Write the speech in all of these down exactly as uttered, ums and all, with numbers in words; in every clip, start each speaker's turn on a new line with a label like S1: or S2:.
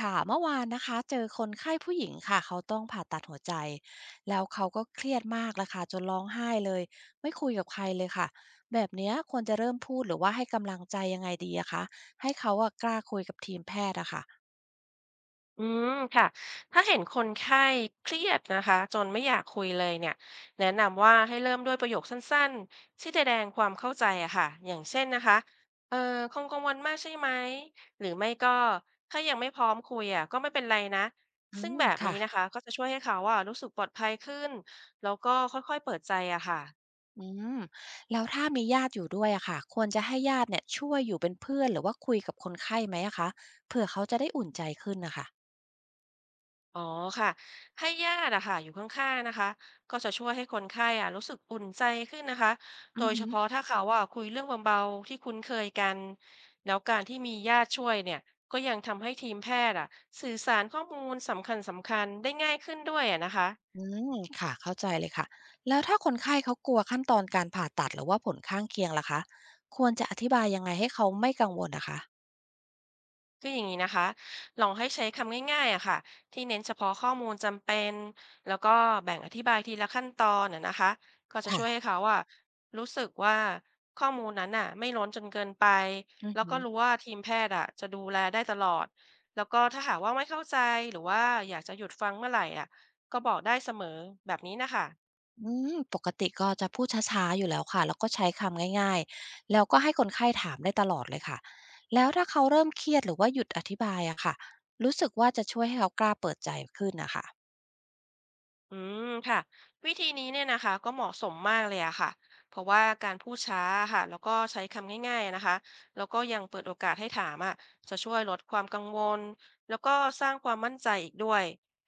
S1: ค่ะเมื่อวานนะคะเจอคนไข้ผู้หญิงค่ะเขาต้องผ่าตัดหัวใจแล้วเขาก็เครียดมากเลยค่ะจนร้องไห้เลยไม่คุยกับใครเลยค่ะแบบเนี้ยควรจะเริ่มพูดหรือว่าให้กำลังใจยังไงดีอะคะให้เขาอะกล้าคุยกับทีมแพทย์อะค่ะ
S2: อืมค่ะถ้าเห็นคนไข้เครียดนะคะจนไม่อยากคุยเลยเนี่ยแนะนำว่าให้เริ่มด้วยประโยคสั้นๆที่แสดงความเข้าใจอะค่ะอย่างเช่นนะคะเออคงกังวลมากใช่ไหมหรือไม่ก็ถ้ายังไม่พร้อมคุยอะก็ไม่เป็นไรนะ
S1: อื
S2: ซึ่ง
S1: ม
S2: แบบนี้
S1: ค่ะ
S2: นะคะก็จะช่วยให้เขาอะรู้สึกปลอดภัยขึ้นแล้วก็ค่อยๆเปิดใจอะค่ะ
S1: อืมแล้วถ้ามีญาติอยู่ด้วยอะค่ะควรจะให้ญาติเนี่ยช่วยอยู่เป็นเพื่อนหรือว่าคุยกับคนไข้ไหมอะคะเผื่อเขาจะได้อุ่นใจขึ้นนะคะ
S2: อ๋อค่ะให้ญาติอะค่ะอยู่ข้างๆนะคะก็จะช่วยให้คนไข้อะรู้สึกอุ่นใจขึ้นนะคะ
S1: อื
S2: โดยเฉพาะ
S1: ม
S2: ถ้าเขาว่าคุยเรื่องเบาๆที่คุ้นเคยกันแล้วการที่มีญาติช่วยเนี่ยก็ยังทำให้ทีมแพทย์อะสื่อสารข้อมูลสำคัญสำคัญได้ง่ายขึ้นด้วยอะนะคะ
S1: อืมค่ะเข้าใจเลยค่ะ แล้วถ้าคนไข้เขากลัวขั้นตอนการผ่าตัดหรือว่าผลข้างเคียงล่ะคะ ควรจะอธิบายยังไงให้เขาไม่กังวลนะคะ
S2: คืออย่างนี้นะคะ ลองให้ใช้คำง่ายๆอะค่ะที่เน้นเฉพาะข้อมูลจำเป็นแล้วก็แบ่งอธิบายทีละขั้นตอนน่ะนะคะก็จะ
S1: ค่ะ
S2: ช่วยให้เขาอะรู้สึกว่าข้อมูลนั้นน่ะไม่ล้นจนเกินไป
S1: อือ
S2: แล้ว
S1: หื
S2: ก็
S1: อ
S2: รู้ว่าทีมแพทย์อะจะดูแลได้ตลอด แล้วก็ถ้าหากว่าไม่เข้าใจหรือว่าอยากจะหยุดฟังเมื่อไหร่อะก็บอกได้เสมอแบบนี้นะคะ
S1: อืม ปกติก็จะพูดช้าๆอยู่แล้วค่ะแล้วก็ใช้คำง่ายๆ แล้วก็ให้คนไข้ถามได้ตลอดเลยค่ะ แล้วถ้าเขาเริ่มเครียดหรือว่าหยุดอธิบายอะค่ะรู้สึกว่าจะช่วยให้เขากล้าเปิดใจขึ้นนะคะ
S2: อืมค่ะวิธีนี้เนี่ยนะคะก็เหมาะสมมากเลยอะค่ะเพราะว่าการพูดช้าค่ะแล้วก็ใช้คำง่ายๆนะคะแล้วก็ยังเปิดโอกาสให้ถามอะจะช่วยลดความกังวลแล้วก็สร้างความมั่นใจอีกด้วย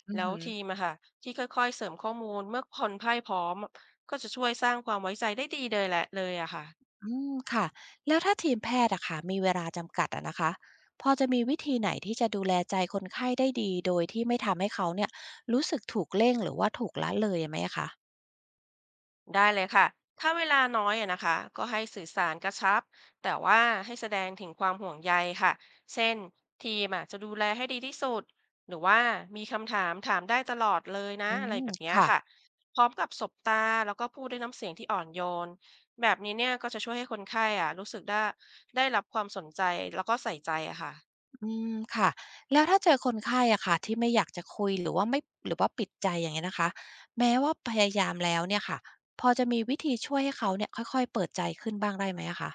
S1: อื
S2: แล้
S1: อ
S2: ว
S1: หือ
S2: ทีมอะค่ะที่ค่อยๆเสริมข้อมูลเมื่อคนพ่ายพร้อมก็จะช่วยสร้างความไว้ใจได้ดีเลยแหละเลยอะค่ะ
S1: อืมค่ะแล้วถ้าทีมแพทย์อะค่ะมีเวลาจำกัดอะนะคะพอจะมีวิธีไหนที่จะดูแลใจคนไข้ได้ดีโดยที่ไม่ทำให้เขาเนี่ยรู้สึกถูกเร่งหรือว่าถูกละเลยไหมอะคะ
S2: ได้เลยค่ะถ้าเวลาน้อยอะนะคะ ก็ให้สื่อสารกระชับแต่ว่าให้แสดงถึงความห่วงใยค่ะ เช่นทีมอะจะดูแลให้ดีที่สุด หรือว่ามีคำถามถามได้ตลอดเลยนะ
S1: อื
S2: อะไร
S1: ม
S2: แบบเนี้ย
S1: ค่ะ
S2: ค่ะพร้อมกับสบตาแล้วก็พูดด้วยน้ำเสียงที่อ่อนโยน แบบนี้เนี่ยก็จะช่วยให้คนไข้อะรู้สึกได้ได้รับความสนใจแล้วก็ใส่ใจอะค่ะ
S1: อืมค่ะแล้วถ้าเจอคนไข้อะค่ะที่ไม่อยากจะคุยหรือว่าไม่หรือว่าปิดใจอย่างเงี้ยนะคะแม้ว่าพยายามแล้วเนี่ยค่ะพอจะมีวิธีช่วยให้เขาเนี่ยค่อยๆเปิดใจขึ้นบ้างได้ไหมอะคะ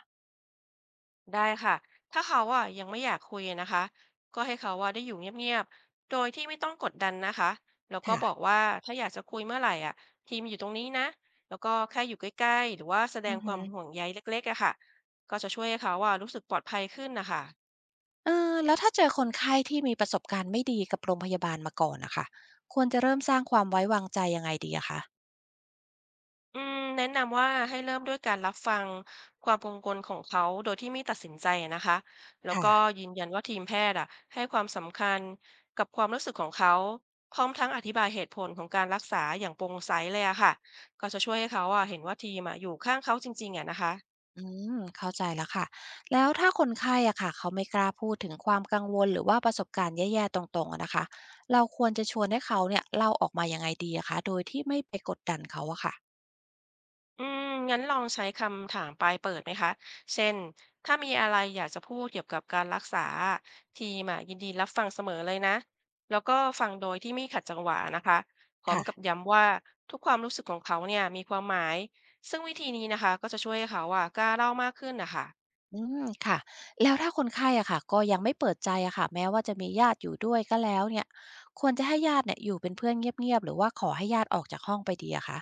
S2: ได้ค่ะ ถ้าเขาอ่ะยังไม่อยากคุยนะคะ ก็ให้เขาว่าได้อยู่เงียบๆ โดยที่ไม่ต้องกดดันนะคะ แล้วก็
S1: ค่ะ
S2: บอกว่าถ้าอยากจะคุยเมื่อไหร่อ่ะทีมอยู่ตรงนี้นะ แล้วก็แค่อยู่ใกล้ๆ หรือว่าแสด
S1: อื
S2: ง
S1: อ
S2: ค
S1: ฮึ
S2: วามห่วงใยเล็กๆอะค่ะก็จะช่วยให้เขาว่ารู้สึกปลอดภัยขึ้นนะคะ
S1: เออแล้วถ้าเจอคนไข้ที่มีประสบการณ์ไม่ดีกับโรงพยาบาลมาก่อนนะคะควรจะเริ่มสร้างความไว้วางใจยังไงดีอะคะ
S2: อืมแนะนำว่าให้เริ่มด้วยการรับฟังความกังวลของเขาโดยที่ไม่ตัดสินใจนะคะ แล้วก็
S1: ค่ะ
S2: ยืนยันว่าทีมแพทย์อ่ะให้ความสำคัญกับความรู้สึกของเขา พร้อมทั้งอธิบายเหตุผลของการรักษาอย่างโปร่งใสเลยอะค่ะ ก็จะช่วยให้เขาอ่ะเห็นว่าทีมอ่ะอยู่ข้างเขาจริงๆอะนะคะ
S1: อืมเข้าใจแล้วค่ะแล้วถ้าคนไข้อะค่ะเขาไม่กล้าพูดถึงความกังวลหรือว่าประสบการณ์แย่ๆตรงๆอะนะคะเราควรจะชวนให้เขาเนี่ยเล่าออกมายังไงดีอะคะโดยที่ไม่ไปกดดันเขาอะค่ะ
S2: อืมงั้นลองใช้คำถามปลายเปิดไหมคะ เช่น ถ้ามีอะไรอยากจะพูดเกี่ยวกับการรักษาทีมอะยินดีรับฟังเสมอเลยนะ แล้วก็ฟังโดยที่ไม่ขัดจังหวะนะคะพร้อมกับ
S1: ค่ะ
S2: ย้ำว่าทุกความรู้สึกของเขาเนี่ยมีความหมาย ซึ่งวิธีนี้นะคะก็จะช่วยให้เขาอะกล้าเล่ามากขึ้นนะคะ
S1: อืมค่ะแล้วถ้าคนไข้อะค่ะก็ยังไม่เปิดใจอะค่ะแม้ว่าจะมีญาติอยู่ด้วยก็แล้วเนี่ยควรจะให้ญาติเนี่ยอยู่เป็นเพื่อนเงียบๆหรือว่าขอให้ญาติออกจากห้องไปดีอะคะ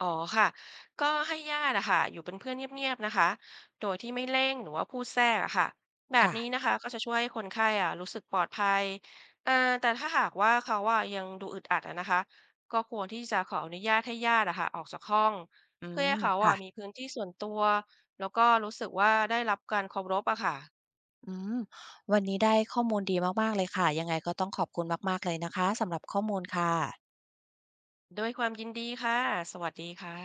S2: อ๋อค่ะก็ให้ญาติอะค่ะอยู่เป็นเพื่อนเงียบๆนะคะโดยที่ไม่เร่งหรือว่าพูดแทรกอะค่ะแบบ
S1: ค่ะ
S2: นี้นะคะก็จะช่วยให้คนไข้อะรู้สึกปลอดภัยเอ่อแต่ถ้าหากว่าเขาว่ายังดูอึดอัดอะนะคะก็ควรที่จะขออนุญาตให้ญาติอะค่ะออกจากห้อง
S1: อื
S2: เพื่อให้
S1: ม
S2: เขาอะ
S1: ค่ะ
S2: มีพื้นที่ส่วนตัวแล้วก็รู้สึกว่าได้รับการเคารพอะค่ะ
S1: อืมวันนี้ได้ข้อมูลดีมากๆเลยค่ะ ยังไงก็ต้องขอบคุณมากๆเลยนะคะสำหรับข้อมูลค่ะ
S2: ด้วยความยินดีค่ะสวัสดีค่ะ